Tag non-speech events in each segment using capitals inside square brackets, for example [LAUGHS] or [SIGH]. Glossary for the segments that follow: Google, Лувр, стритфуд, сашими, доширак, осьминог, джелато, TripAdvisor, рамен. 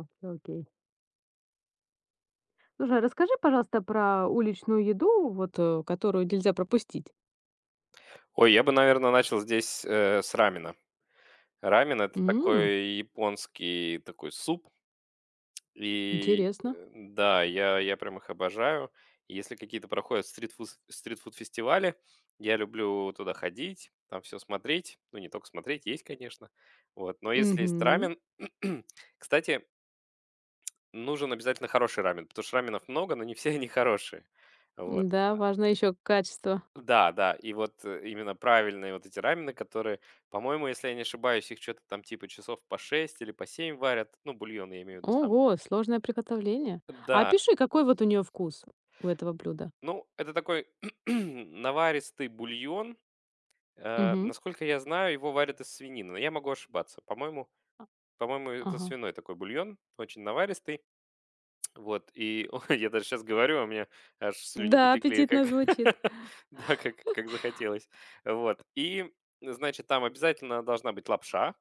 Окей, окей. Слушай, а расскажи, пожалуйста, про уличную еду, вот, которую нельзя пропустить. Ой, я бы, наверное, начал здесь, с рамена. Рамен- это М, такой японский такой суп, и, интересно. Да, я прям их обожаю. Если какие-то проходят стритфуз стритфуд-фестивали, я люблю туда ходить, там все смотреть. Ну, не только смотреть, есть, конечно. Вот, но если есть Мгм. рамен [CLEARS THROAT] кстати, нужен обязательно хороший рамен, потому что раменов много, но не все они хорошие. Вот. Да, важно еще качество. Да, да, и вот, именно правильные вот эти рамены, которые, по-моему, если я не ошибаюсь, их что то там типа часов по 6 или по 7 варят. Ну, бульон, я имею в виду сам. Ого, сложное приготовление. А Да, опиши, какой ну вот у нее вкус, у этого блюда. ну, это такой [CLEARS THROAT] наваристый бульон. Э, Мгм. насколько я знаю, его варят из свинины, но я могу ошибаться. По-моему А, по-моему, это Ага. свиной такой бульон, очень наваристый. Вот, и [LAUGHS] я даже сейчас говорю, а у меня аж слюни Да, потекли, как аппетитно звучит. [LAUGHS] да, как захотелось. Вот, и, значит, там обязательно должна быть лапша,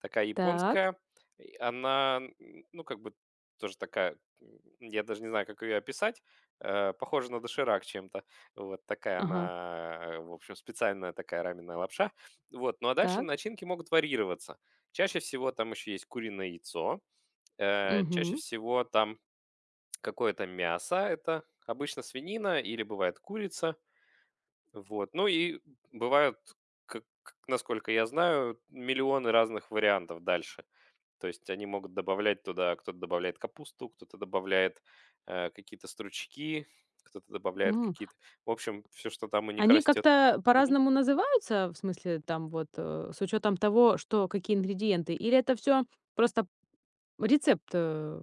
такая Так. японская. И она, ну, как бы тоже такая, я даже не знаю, как ее описать, похожа на доширак чем-то. Вот такая Ага. она, в общем, специальная такая раменная лапша. Вот, ну, а дальше Так. начинки могут варьироваться. Чаще всего там еще есть куриное яйцо, чаще Мгм. всего там какое-то мясо, это обычно свинина или бывает курица. Вот. Ну и бывают, насколько я знаю, миллионы разных вариантов дальше. То есть они могут добавлять туда, кто-то добавляет капусту, кто-то добавляет какие-то стручки, кто-то добавляет М. какие-то... В общем, все, что там у них Они растет. как-то Мгм. по-разному называются, в смысле, там вот, с учетом того, что какие ингредиенты, или это все просто рецепт,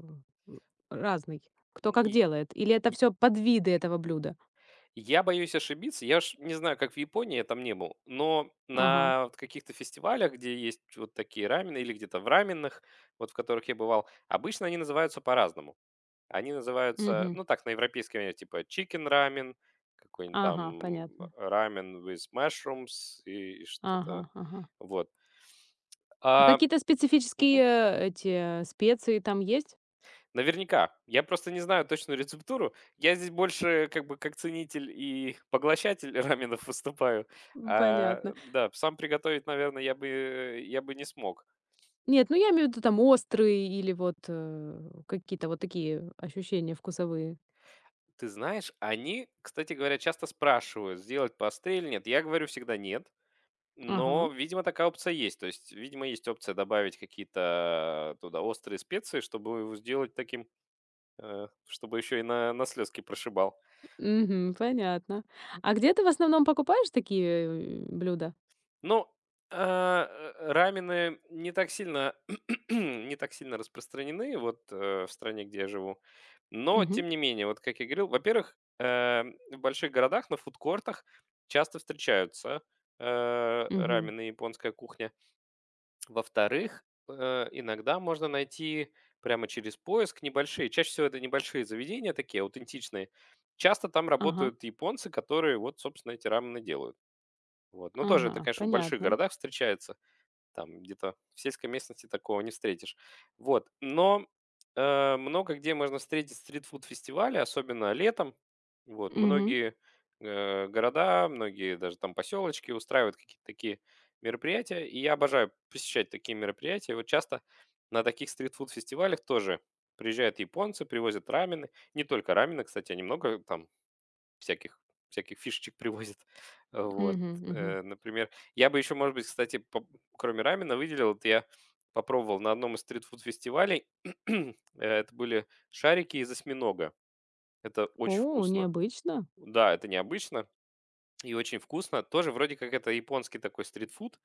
разный. Кто как И- делает. Или это всё подвиды этого блюда? Я боюсь ошибиться. Я ж не знаю, как в Японии, я там не был, но Ага. на вот каких-то фестивалях, где есть вот такие рамены или где-то в раменных, вот в которых я бывал, обычно они называются по-разному. Они называются, Мгм. ну так, на европейский манер, типа chicken рамен, какой-нибудь Ага, там понятно. рамен with mushrooms и Ага, что-то. ага. Вот. А А, какие-то мгм. специфические, эти, специи там есть? Наверняка. Я просто не знаю точную рецептуру. Я здесь больше как бы как ценитель и поглощатель [LAUGHS] раменов выступаю. М, А, понятно. да, сам приготовить, наверное, я бы не смог. Нет, ну я имею в виду там острые или вот, какие-то вот такие ощущения вкусовые. Ты знаешь, они, кстати говоря, часто спрашивают, сделать пастель или нет. Я говорю всегда нет, но, Ага. видимо, такая опция есть. То есть, видимо, есть опция добавить какие-то туда острые специи, чтобы его сделать таким, чтобы еще и на слезки прошибал. Мгм, понятно. А где ты в основном покупаешь такие, блюда? Ну, а, рамены не так сильно [CLEARS THROAT] не так сильно распространены вот, в стране, где я живу. Но Мгм, тем не менее, вот как я говорил, во-первых, в больших городах на фудкортах часто встречаются, мгм. рамены и японская кухня. Во-вторых, иногда можно найти прямо через поиск небольшие, чаще всего это небольшие заведения такие аутентичные. Часто там Ага, работают японцы, которые вот, собственно, эти рамены делают. Вот. Но тоже это, ага, конечно, в больших понятно. городах встречается. Там где-то в сельской местности такого не встретишь. Вот. Но много где можно встретить стритфуд-фестивали, особенно летом. Вот. Мгм, Многие города, многие даже там поселочки устраивают какие-то такие мероприятия. И я обожаю посещать такие мероприятия. Вот часто на таких стритфуд-фестивалях тоже приезжают японцы, привозят рамены. Не только рамены, кстати, они много там всяких всяких фишечек привозят. [LAUGHS] Вот, мгм, мгм. Например. Я бы еще, может быть, кстати, кроме рамена выделил, вот я попробовал на одном из стритфуд-фестивалей. [CLEARS THROAT] Это были шарики из осьминога. Это очень О, вкусно. необычно. Да, это необычно и очень вкусно. Тоже вроде как это японский такой стритфуд.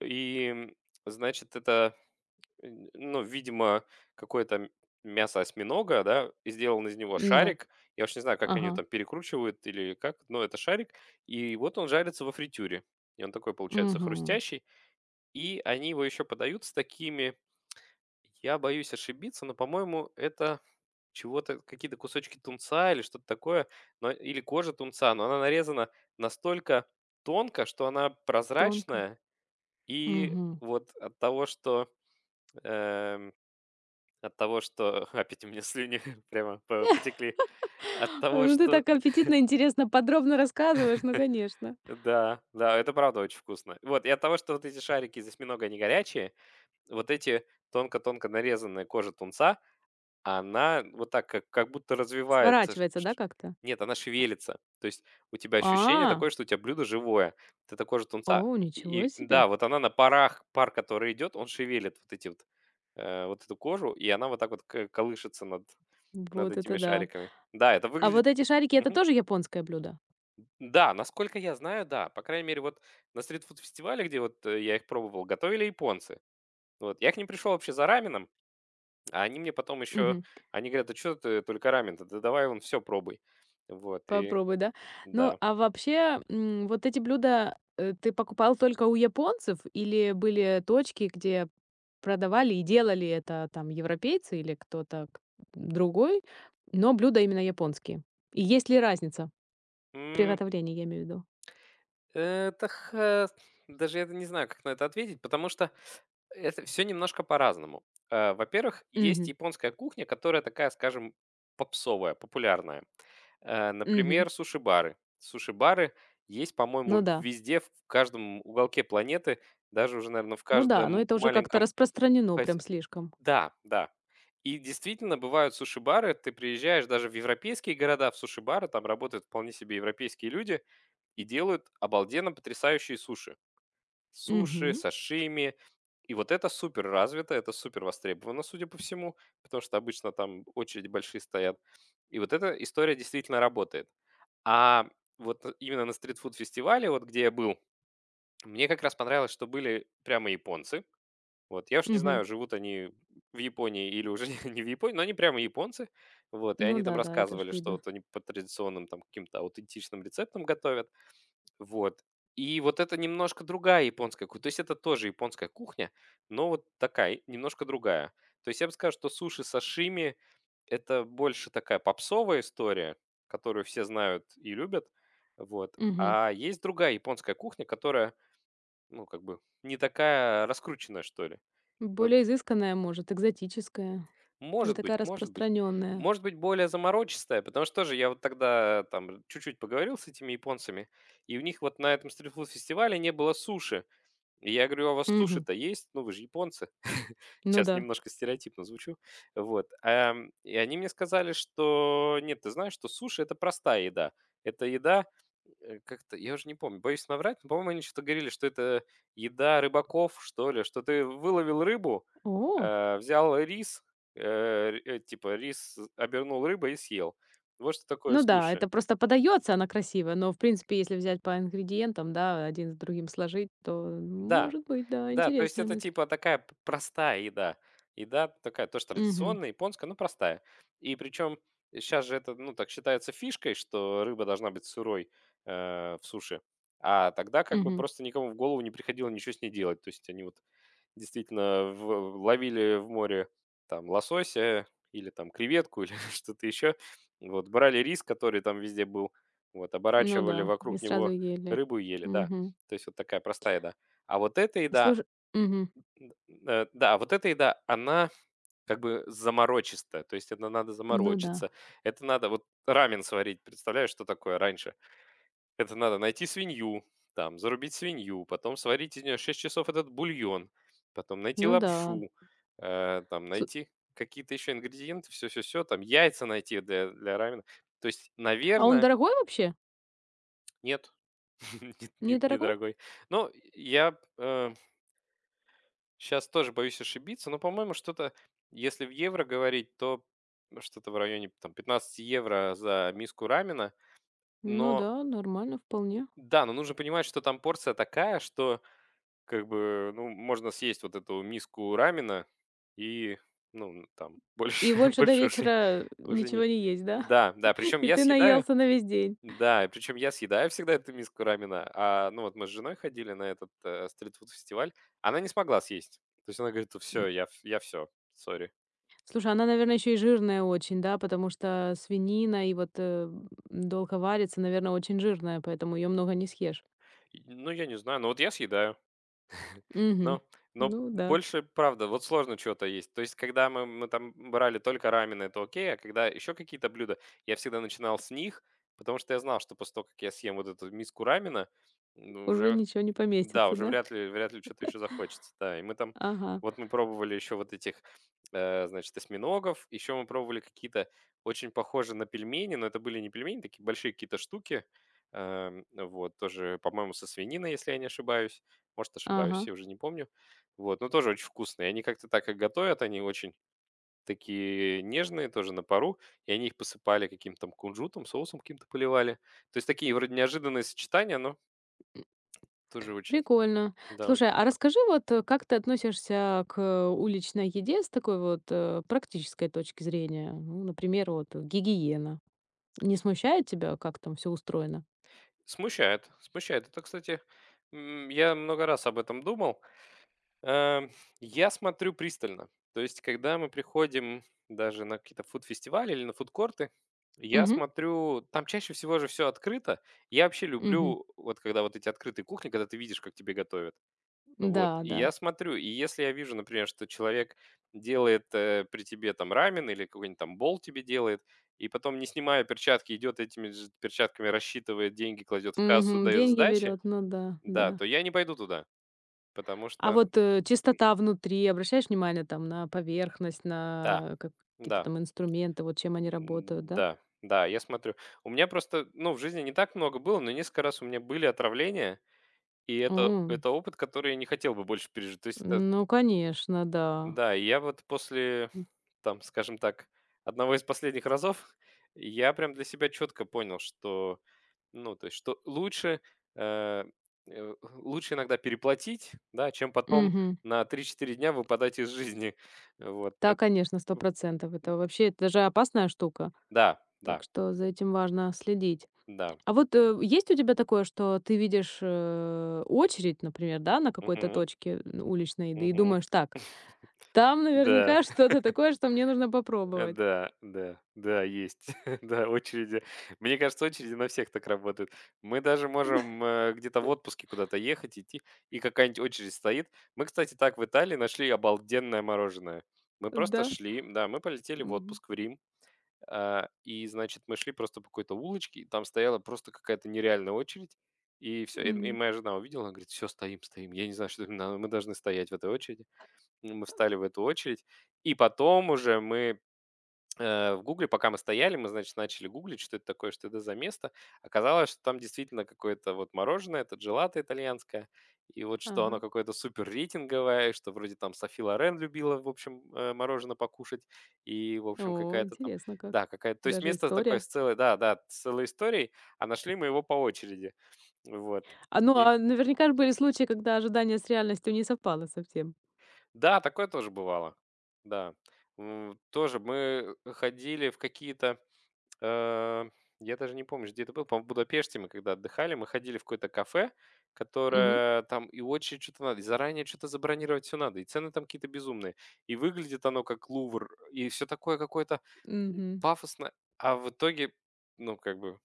И, значит, это... Н ну, видимо, какое-то мясо осьминога, да, и сделан из него Да. шарик. Я уж не знаю, как они его Ага. там перекручивают или как, но это шарик. И вот он жарится во фритюре. И он такой получается Мгм. хрустящий. И они его еще подают с такими, я боюсь ошибиться, но, по-моему, это чего-то, какие-то кусочки тунца или что-то такое, но или кожа тунца, но она нарезана настолько тонко, что она Тонко. прозрачная. И Мгм. вот эм от того, что [LAUGHS] опять у меня слюни [LAUGHS] прямо по потекли. От [LAUGHS] Ой, того, ну ты что... так аппетитно, интересно, подробно рассказываешь. Ну, конечно. Да, да, это правда очень вкусно. Вот, и от того, что вот эти шарики из осьминога, они горячие, вот эти тонко-тонко нарезанная кожа тунца, она вот так как будто развивается. Ш Сворачивается, да, ш как-то? Нет, она шевелится. То есть у тебя ощущение А, такое, что у тебя блюдо живое. Вот эта кожа тунца о, и ничего и себе. да, вот она на парах, пар, который идет, он шевелит вот эти вот, вот эту кожу, и она вот так вот к колышется над Вот этими это да. шариками. Да, это А выглядит... вот эти шарики — это Мгм. тоже японское блюдо? Да, насколько я знаю, да. По крайней мере, вот на стритфуд-фестивале, где вот, я их пробовал, готовили японцы. Вот. Я к ним пришел вообще за раменом, а они мне потом еще Мгм. они говорят: "А что ты только рамен-то? Да давай вон все пробуй". Вот и Попробуй, да. Ну, да. а вообще, м, вот эти блюда, ты покупал только у японцев или были точки, где продавали и делали это там европейцы или другой, но блюда именно японские? И есть ли разница в М, приготовлении, я имею в виду? это х даже я не знаю, как на это ответить, потому что это все немножко по-разному. Во-первых, есть Мгм. японская кухня, которая такая, скажем, попсовая, популярная. Мгм. Например, суши-бары. Суши-бары есть, по-моему, Ну да. везде, в каждом уголке планеты, даже уже, наверное, в Ну да, но каждом это уже как-то маленьком распространено прям поясе. слишком. Да, да. И действительно бывают суши-бары. Ты приезжаешь даже в европейские города, в суши-бары, там работают вполне себе европейские люди и делают обалденно потрясающие суши. Суши, Мгм. сашими. И вот это супер развито, это супер востребовано, судя по всему, потому что обычно там очереди большие стоят. И вот эта история действительно работает. А вот именно на стритфуд-фестивале, вот где я был, мне как раз понравилось, что были прямо японцы. Вот, я уж не Мгм. знаю, живут они в Японии или уже [LAUGHS] не в Японии, но они прямо японцы. Вот, и Ну они там да, да, это ж рассказывали, что видно. вот они по традиционным там каким-то аутентичным рецептам готовят. Вот. И вот это немножко другая японская кухня. То есть это тоже японская кухня, но вот такая, немножко другая. То есть я бы сказал, что суши-сашими– это больше такая попсовая история, которую все знают и любят. Вот. Мгм. А есть другая японская кухня, которая, ну, как бы не такая раскрученная, что ли. Но Более изысканная, может, экзотическая, не может быть, такая может быть. распространенная. Может быть, более заморочистая, потому что тоже я вот тогда там чуть-чуть поговорил с этими японцами, и у них вот на этом стритфуд-фестивале не было суши. И я говорю: "А у вас Мгм. суши-то есть? Ну, вы же японцы". [LAUGHS] Ну Сейчас да. немножко стереотипно звучу. Вот, и они мне сказали, что: "Нет, ты знаешь, что суши- это простая еда". Это еда, как-то, я уже не помню, боюсь наврать, но, по-моему, они что-то говорили, что это еда рыбаков, что ли, что ты выловил рыбу, О! Взял рис, типа рис обернул рыбой и съел. Вот что такое Ну да, суши. это просто подается она красиво, но, в принципе, если взять по ингредиентам, да, один с другим сложить, то, Да. может быть, да, Да, то есть интересная это мысль. типа такая простая еда. Еда такая тоже Мгм. традиционная, японская, но простая. И причем сейчас же это, ну, так считается фишкой, что рыба должна быть сырой в суше. А тогда как бы Мгм. просто никому в голову не приходило ничего с ней делать. То есть они вот действительно ловили в море там лосося или там креветку [LAUGHS] или что-то еще. Вот, брали рис, который там везде был, вот, Ну оборачивали да, и вокруг сразу него ели. рыбу и ели, да. Мгм. То есть вот такая простая еда. А вот эта еда, Слушай, мгм. Да, она как бы заморочистая, то есть это надо Ну да. заморочиться. Это надо вот рамен сварить, представляешь, что такое раньше? Это надо найти свинью, там, зарубить свинью, потом сварить из нее 6 часов этот бульон, потом найти Ну да. лапшу, там, Сл найти какие-то еще ингредиенты, все, все, все, там, яйца найти для рамена. То есть, А он наверное, дорогой вообще? нет, [LAUGHS] нет, Недорогой? недорогой. Но я, э Сейчас тоже боюсь ошибиться, но, по-моему, что-то, если в евро говорить, то что-то в районе там 15 евро за миску рамена. Ну Но да, нормально вполне. да, но нужно понимать, что там порция такая, что как бы, ну, можно съесть вот эту миску рамена и, ну, там И больше [LAUGHS] больше до больше уже вечера уже не... ничего не есть, да? Да, да, [LAUGHS] причем И я ты съедаю наелся на весь день. да, и причем я съедаю всегда эту миску рамена, а, ну, вот мы с женой ходили на этот, стритфуд-фестиваль, она не смогла съесть. То есть она говорит: "Все, я все, сори". Слушай, она, наверное, еще и жирная очень, да, потому что свинина и вот, долго варится, наверное, очень жирная, поэтому ее много не съешь. И, ну, я не знаю, но вот я съедаю. Угу. Ну, но Ну да, больше, правда, вот сложно что то есть. То есть, когда мы там брали только рамены, это окей, а когда еще какие-то блюда, я всегда начинал с них, потому что я знал, что после того, как я съем вот эту миску рамена, ну, уже уже, ничего не да, поместится, уже да? вряд ли что-то еще захочется, да. И мы там, Ага, вот мы пробовали еще вот этих, значит, осьминогов, еще мы пробовали какие-то очень похожие на пельмени, но это были не пельмени, такие большие какие-то штуки, вот, тоже, по-моему, со свининой, если я не ошибаюсь. Может, ага. ошибаюсь, я уже не помню. Вот, но тоже очень вкусные. Они как-то так их готовят, они очень такие нежные, тоже на пару. И они их посыпали каким-то там кунжутом, соусом каким-то поливали. То есть такие вроде неожиданные сочетания, но тоже очень, Прикольно. да, очень Слушай, а вкусно. расскажи вот, как ты относишься к уличной еде с такой вот практической точки зрения? Ну, например, вот гигиена. Не смущает тебя, как там все устроено? Смущает, смущает. Это, кстати, я много раз об этом думал. Эм, я смотрю пристально. То есть, когда мы приходим даже на какие-то фуд-фестивали или на фудкорты, я Угу, смотрю, там чаще всего же все открыто. Я вообще угу. люблю, вот когда вот эти открытые кухни, когда ты видишь, как тебе готовят. Вот, Да, и да. я смотрю, и если я вижу, например, что человек делает, при тебе там рамен или какой-нибудь там бол тебе делает, и потом, не снимая перчатки, идет этими же перчатками, рассчитывает деньги, кладет в кассу, Угу, дает деньги сдачи, берет, ну да, да, да. то я не пойду туда, потому А что. вот, чистота внутри, обращаешь внимание там на поверхность, Да, на как какие-то да. там инструменты, вот чем они работают, да? Да, да, я смотрю. У меня просто, ну, в жизни не так много было, но несколько раз у меня были отравления, и М, это опыт, который я не хотел бы больше пережить. То есть, это, ну, конечно, да. да, и я вот после, там, скажем так, одного из последних разов, я прям для себя четко понял, что, ну, то есть, что лучше, э, лучше иногда переплатить, да, чем потом Мгм. на три-четыре дня выпадать из жизни. [LAUGHS] Вот. Да, конечно, сто процентов. Это вообще это даже опасная штука, Да, да, так что за этим важно следить. да. А вот, есть у тебя такое, что ты видишь, очередь, например, да, на какой-то Мгм, точке, м, уличной еды и мгм. думаешь: "Так, там Да. наверняка [LAUGHS] что-то такое, что мне нужно попробовать". Да, да, да, есть. [LAUGHS] Да, очереди. Мне кажется, очереди на всех так работают. Мы даже можем, где-то в отпуске куда-то ехать, идти, и какая-нибудь очередь стоит. Мы, кстати, так в Италии нашли обалденное мороженое. Мы просто Да. шли, да, мы полетели в Мгм. отпуск в Рим, а, и, значит, мы шли просто по какой-то улочке, и там стояла просто какая-то нереальная очередь, и все. И Мгм. моя жена увидела, она говорит: "Все стоим, стоим". Я не знаю, что нам надо, мы должны стоять в этой очереди. Ну, мы встали в эту очередь, и потом уже мы в "Гугле", пока мы стояли, мы, значит, начали гуглить, что это такое, что это за место. Оказалось, что там действительно какое-то вот мороженое, это джелато итальянское, и вот что оно Ага. какое-то супер рейтинговое, что вроде там Софи Лорен любила, в общем, мороженое покушать, и, в общем, О, какая-то там интересно да, как. какая-то то есть Даже место такое история. с целой да-да, с целой историей, а нашли мы его по очереди. Вот. А, ну, И а наверняка же были случаи, когда ожидание с реальностью не совпало совсем. да, такое тоже бывало. Да. М, тоже мы ходили в какие-то Э, я даже не помню, где это было. По-моему, в Будапеште мы когда отдыхали, мы ходили в какое-то кафе, Мгм. которое там и очень что-то надо, и заранее что-то забронировать все надо, и цены там какие-то безумные, и выглядит оно как Лувр, и все такое какое-то Мгм. пафосно, а в итоге, ну, как бы,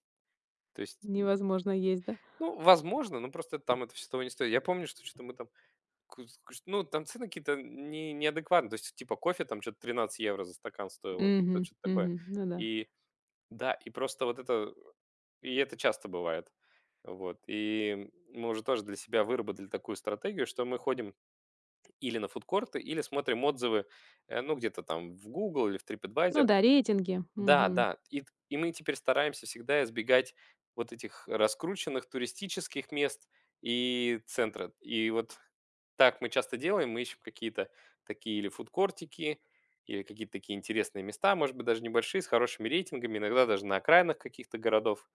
то есть, Невозможно есть, да? ну, возможно, но просто там это все того не стоит. Я помню, что что-то мы там, ну, там цены какие-то не, неадекватные, то есть, типа, кофе там что-то 13 евро за стакан стоило, Мгм. что-то такое. Мгм. Ну да. И да, и просто вот это. И это часто бывает. Вот. И мы уже тоже для себя выработали такую стратегию, что мы ходим или на фудкорты, или смотрим отзывы, ну, где-то там в Google или в Ну TripAdvisor. да, рейтинги. Да, Мгм. да. И мы теперь стараемся всегда избегать вот этих раскрученных туристических мест и центра. И вот так мы часто делаем. Мы ищем какие-то такие или фудкортики, или какие-то такие интересные места, может быть, даже небольшие, с хорошими рейтингами, иногда даже на окраинах каких-то городов.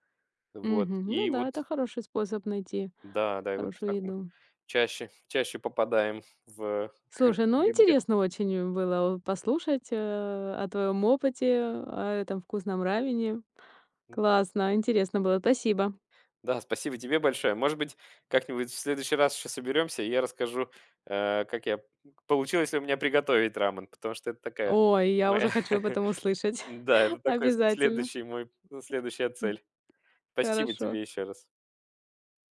Вот. Мгм. Ну И да, это вот хороший способ найти да, да, и вот хорошую так мы еду. чаще попадаем в Слушай, ну бинго. интересно очень было послушать, о твоем опыте, о этом вкусном рамене. М. Классно, интересно было. Спасибо. Да, спасибо тебе большое. Может быть, как-нибудь в следующий раз еще соберемся, и я расскажу, как я получилось ли у меня приготовить рамен, потому что это такая Ой, я моя уже хочу об [LAUGHS] этом услышать. Да, это [LAUGHS] такой Обязательно. следующий мой следующая цель. Спасибо Хорошо. тебе еще раз.